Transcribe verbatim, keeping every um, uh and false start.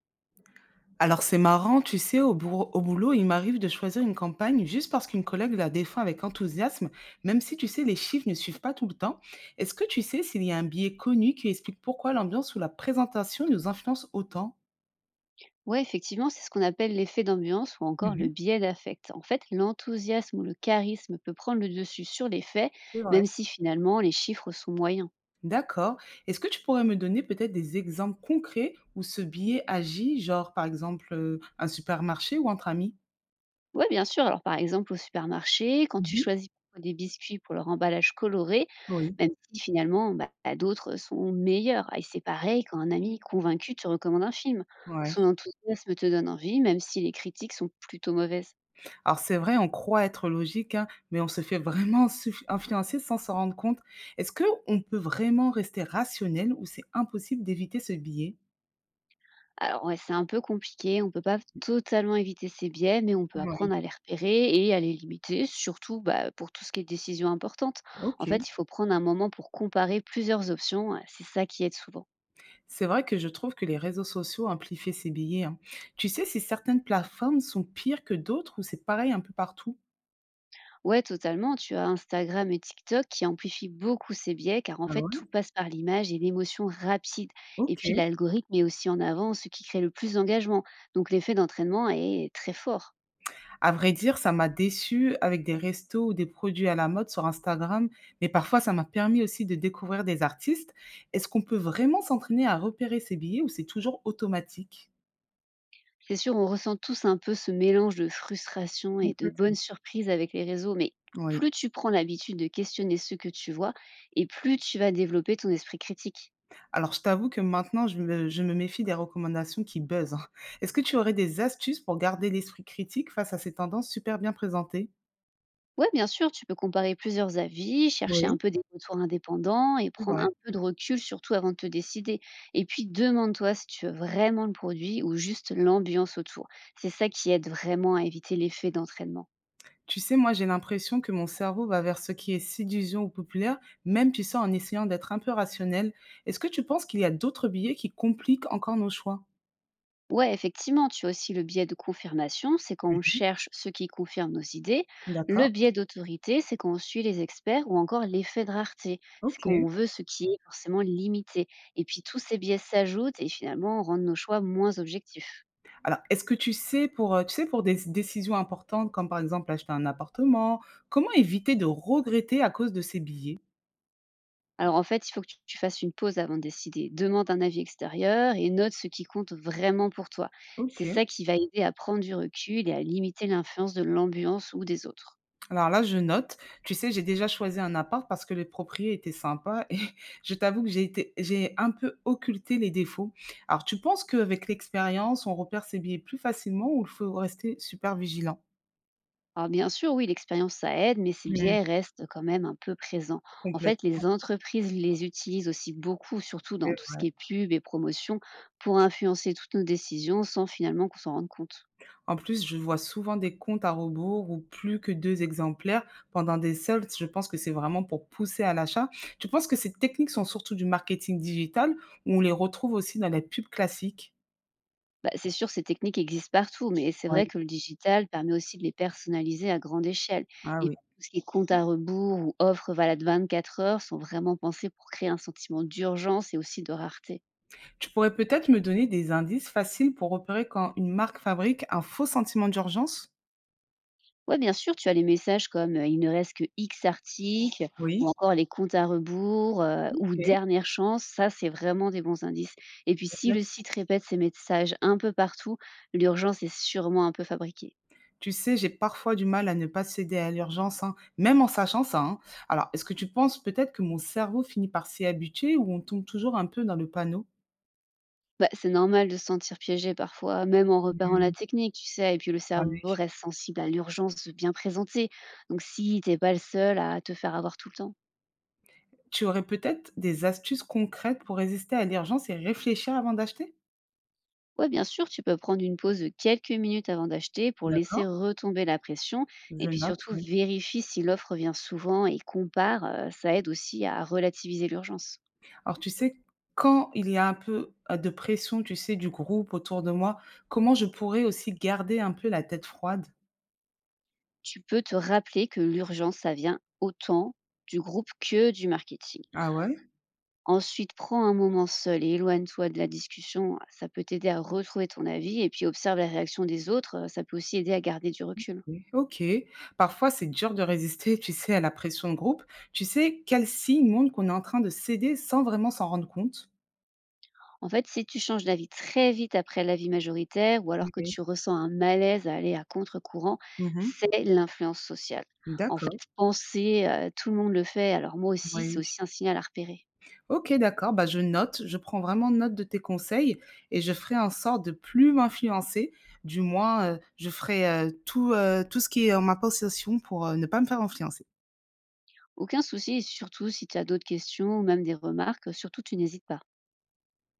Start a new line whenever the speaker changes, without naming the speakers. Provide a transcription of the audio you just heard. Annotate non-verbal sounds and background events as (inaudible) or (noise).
Alors c'est marrant, tu sais, au bourg- au boulot, il m'arrive de choisir une campagne juste parce qu'une collègue la défend avec enthousiasme, même si, tu sais, les chiffres ne suivent pas tout le temps. Est-ce que tu sais s'il y a un biais connu qui explique pourquoi l'ambiance ou la présentation nous influence autant?
Ouais, effectivement, c'est ce qu'on appelle l'effet d'ambiance ou encore le
Mhm.
biais d'affect. En fait, l'enthousiasme ou le charisme peut prendre le dessus sur les faits,
C'est vrai.
même si finalement les chiffres sont moyens.
D'accord. Est-ce que tu pourrais me donner peut-être des exemples concrets où ce biais agit, genre par exemple euh, un supermarché ou entre amis?
Oui, bien sûr. Alors, par exemple, au supermarché, quand tu
Mhm.
choisis parfois des biscuits pour leur emballage coloré,
Oui.
même si finalement bah, d'autres sont meilleurs. Ah, et c'est pareil quand un ami convaincu te recommande un film.
Ouais.
Son enthousiasme te donne envie, même si les critiques sont plutôt mauvaises.
Alors c'est vrai, on croit être logique, hein, mais on se fait vraiment suf- influencer sans s'en rendre compte. Est-ce que on peut vraiment rester rationnel ou c'est impossible d'éviter ce biais?
Alors ouais, c'est un peu compliqué, on peut pas totalement éviter ces biais, mais on peut apprendre
Oui,
à les repérer et à les limiter, surtout bah, pour tout ce qui est décision importante. En
ok.
fait, il faut prendre un moment pour comparer plusieurs options, euh, c'est ça qui aide souvent.
C'est vrai que je trouve que les réseaux sociaux amplifient ces biais, hein. Tu sais si certaines plateformes sont pires que d'autres ou c'est pareil un peu partout?
Ouais, totalement, tu as Instagram et TikTok qui amplifient beaucoup ces biais, car en
Ah
fait,
ouais,
tout passe par l'image et l'émotion rapide. Et
ok.
puis l'algorithme est aussi en avant ce qui crée le plus d'engagement, donc l'effet d'entraînement est très fort.
À vrai dire, ça m'a déçue avec des restos ou des produits à la mode sur Instagram, mais parfois ça m'a permis aussi de découvrir des artistes. Est-ce qu'on peut vraiment s'entraîner à repérer ses billets ou c'est toujours automatique?
C'est sûr, on ressent tous un peu ce mélange de frustration et de bonnes
Complètement.
surprises avec les réseaux, mais
Oui.
plus tu prends l'habitude de questionner ce que tu vois, et plus tu vas développer ton esprit critique.
Alors, je t'avoue que maintenant, je me, je me méfie des recommandations qui buzzent. (laughs) Est-ce que tu aurais des astuces pour garder l'esprit critique face à ces tendances super bien présentées?
Ouais, bien sûr, tu peux comparer plusieurs avis, chercher un
Oui,
peu des retours indépendants et
c'est
prendre
vrai.
un peu de recul, surtout avant de te décider. Et puis, demande-toi si tu veux vraiment le produit ou juste l'ambiance autour. C'est ça qui aide vraiment à éviter l'effet d'entraînement.
Tu sais, moi, j'ai l'impression que mon cerveau va vers ce qui est séduisant ou populaire, même, tu sais, en essayant d'être un peu rationnel. Est-ce que tu penses qu'il y a d'autres billets qui compliquent encore nos choix?
Ouais, effectivement, tu as aussi le biais de confirmation, c'est quand on
Mhm.
cherche ce qui confirme nos idées. Le
D'accord,
biais d'autorité, c'est quand on suit les experts ou encore l'effet de rareté, c'est quand on
OK.
veut ce qui est forcément limité. Et puis tous ces biais s'ajoutent et finalement rendent nos choix moins objectifs.
Alors, est-ce que tu sais pour, heu, tu sais, pour des décisions importantes, comme par exemple acheter un appartement, comment éviter de regretter à cause de ces billets?
Alors en fait, il faut que tu tu fasses une pause avant de décider. Demande un avis extérieur et note ce qui compte vraiment pour toi. C'est
OK.
ça qui va aider à prendre du recul et à limiter l'influence de l'ambiance ou des autres.
Alors là, je note. Tu sais, j'ai déjà choisi un appart parce que le proprio était sympa et (laughs) je t'avoue que j'ai été j'ai un peu occulté les défauts. Alors, tu penses qu'avec l'expérience, on repère ses biais plus facilement ou il faut rester super vigilant?
Alors bien sûr, oui, l'expérience, ça aide, mais ces
Mmh,
biais restent quand même un peu présents. En fait, les
complètement,
entreprises les utilisent aussi beaucoup, surtout
c'est
dans tout ce
vrai.
qui est pub et promotion, pour influencer toutes nos décisions sans finalement qu'on s'en rende compte.
En plus, je vois souvent des comptes à rebours ou plus que deux exemplaires pendant des soldes. Je pense que c'est vraiment pour pousser à l'achat. Tu penses que ces techniques sont surtout du marketing digital ou on les retrouve aussi dans les pubs classiques?
Bah, c'est sûr, ces techniques existent partout, mais c'est
Oui.
vrai que le digital permet aussi de les personnaliser à grande échelle.
Ah
Et
oui.
tout ce qui est compte à rebours ou offre valable vingt-quatre heures sont vraiment pensés pour créer un sentiment d'urgence et aussi de rareté.
Tu pourrais peut-être me donner des indices faciles pour repérer quand une marque fabrique un faux sentiment d'urgence?
Ouais, bien sûr, tu as les messages comme euh, il ne reste que X articles ou
Oui.
encore les comptes à rebours euh, ou
OK.
dernière chance. Ça, c'est vraiment des bons indices. Et puis, si le site répète ces messages un peu partout, l'urgence est sûrement un peu fabriquée.
Tu sais, j'ai parfois du mal à ne pas céder à l'urgence, hein, même en sachant ça, hein. Alors, est-ce que tu penses peut-être que mon cerveau finit par s'y habituer ou on tombe toujours un peu dans le panneau?
Bah, c'est normal de se sentir piégé parfois, même en repérant la
Hmm,
technique, tu sais. Et puis, le cerveau
ouais.
reste sensible à l'urgence bien présentée. Donc, si t'es pas le seul à te faire avoir tout le temps.
Tu aurais peut-être des astuces concrètes pour résister à l'urgence et réfléchir avant d'acheter?
Ouais, bien sûr, tu peux prendre une pause de quelques minutes avant d'acheter pour laisser
D'accord,
retomber la pression et
je
puis
note,
surtout
oui.
vérifie si l'offre revient souvent et compare, euh, ça aide aussi à relativiser l'urgence.
Alors, tu sais, quand il y a un peu, heu, de pression, tu sais, du groupe autour de moi, comment je pourrais aussi garder un peu la tête froide?
Tu peux te rappeler que l'urgence, ça vient autant du groupe que du marketing.
Ah ouais?
Ensuite, prends un moment seul et éloigne-toi de la discussion, ça peut t'aider à retrouver ton avis et puis observe la réaction des autres, euh, ça peut aussi aider à garder du recul.
Oui. OK. Parfois, c'est dur de résister, tu sais, à la pression de groupe. Tu sais, quel signe montre qu'on est en train de céder sans vraiment s'en rendre compte?
En fait, si tu changes d'avis très vite après l'avis majoritaire ou alors que
Oui.
tu ressens un malaise à aller à contre-courant,
Mmh.
c'est l'influence sociale. En fait,
D'accord.
penser, euh, tout le monde le fait, alors moi aussi, c'est
Oui.
aussi un signal à repérer.
OK, d'accord, bah, je note, je prends vraiment note de tes conseils et je ferai en sorte de plus m'influencer. Du moins, heu, je ferai, heu, tout, heu, tout ce qui est en ma possession pour, heu, ne pas me faire influencer.
Aucun souci, et surtout si tu as d'autres questions ou même des remarques, surtout tu n'hésites pas.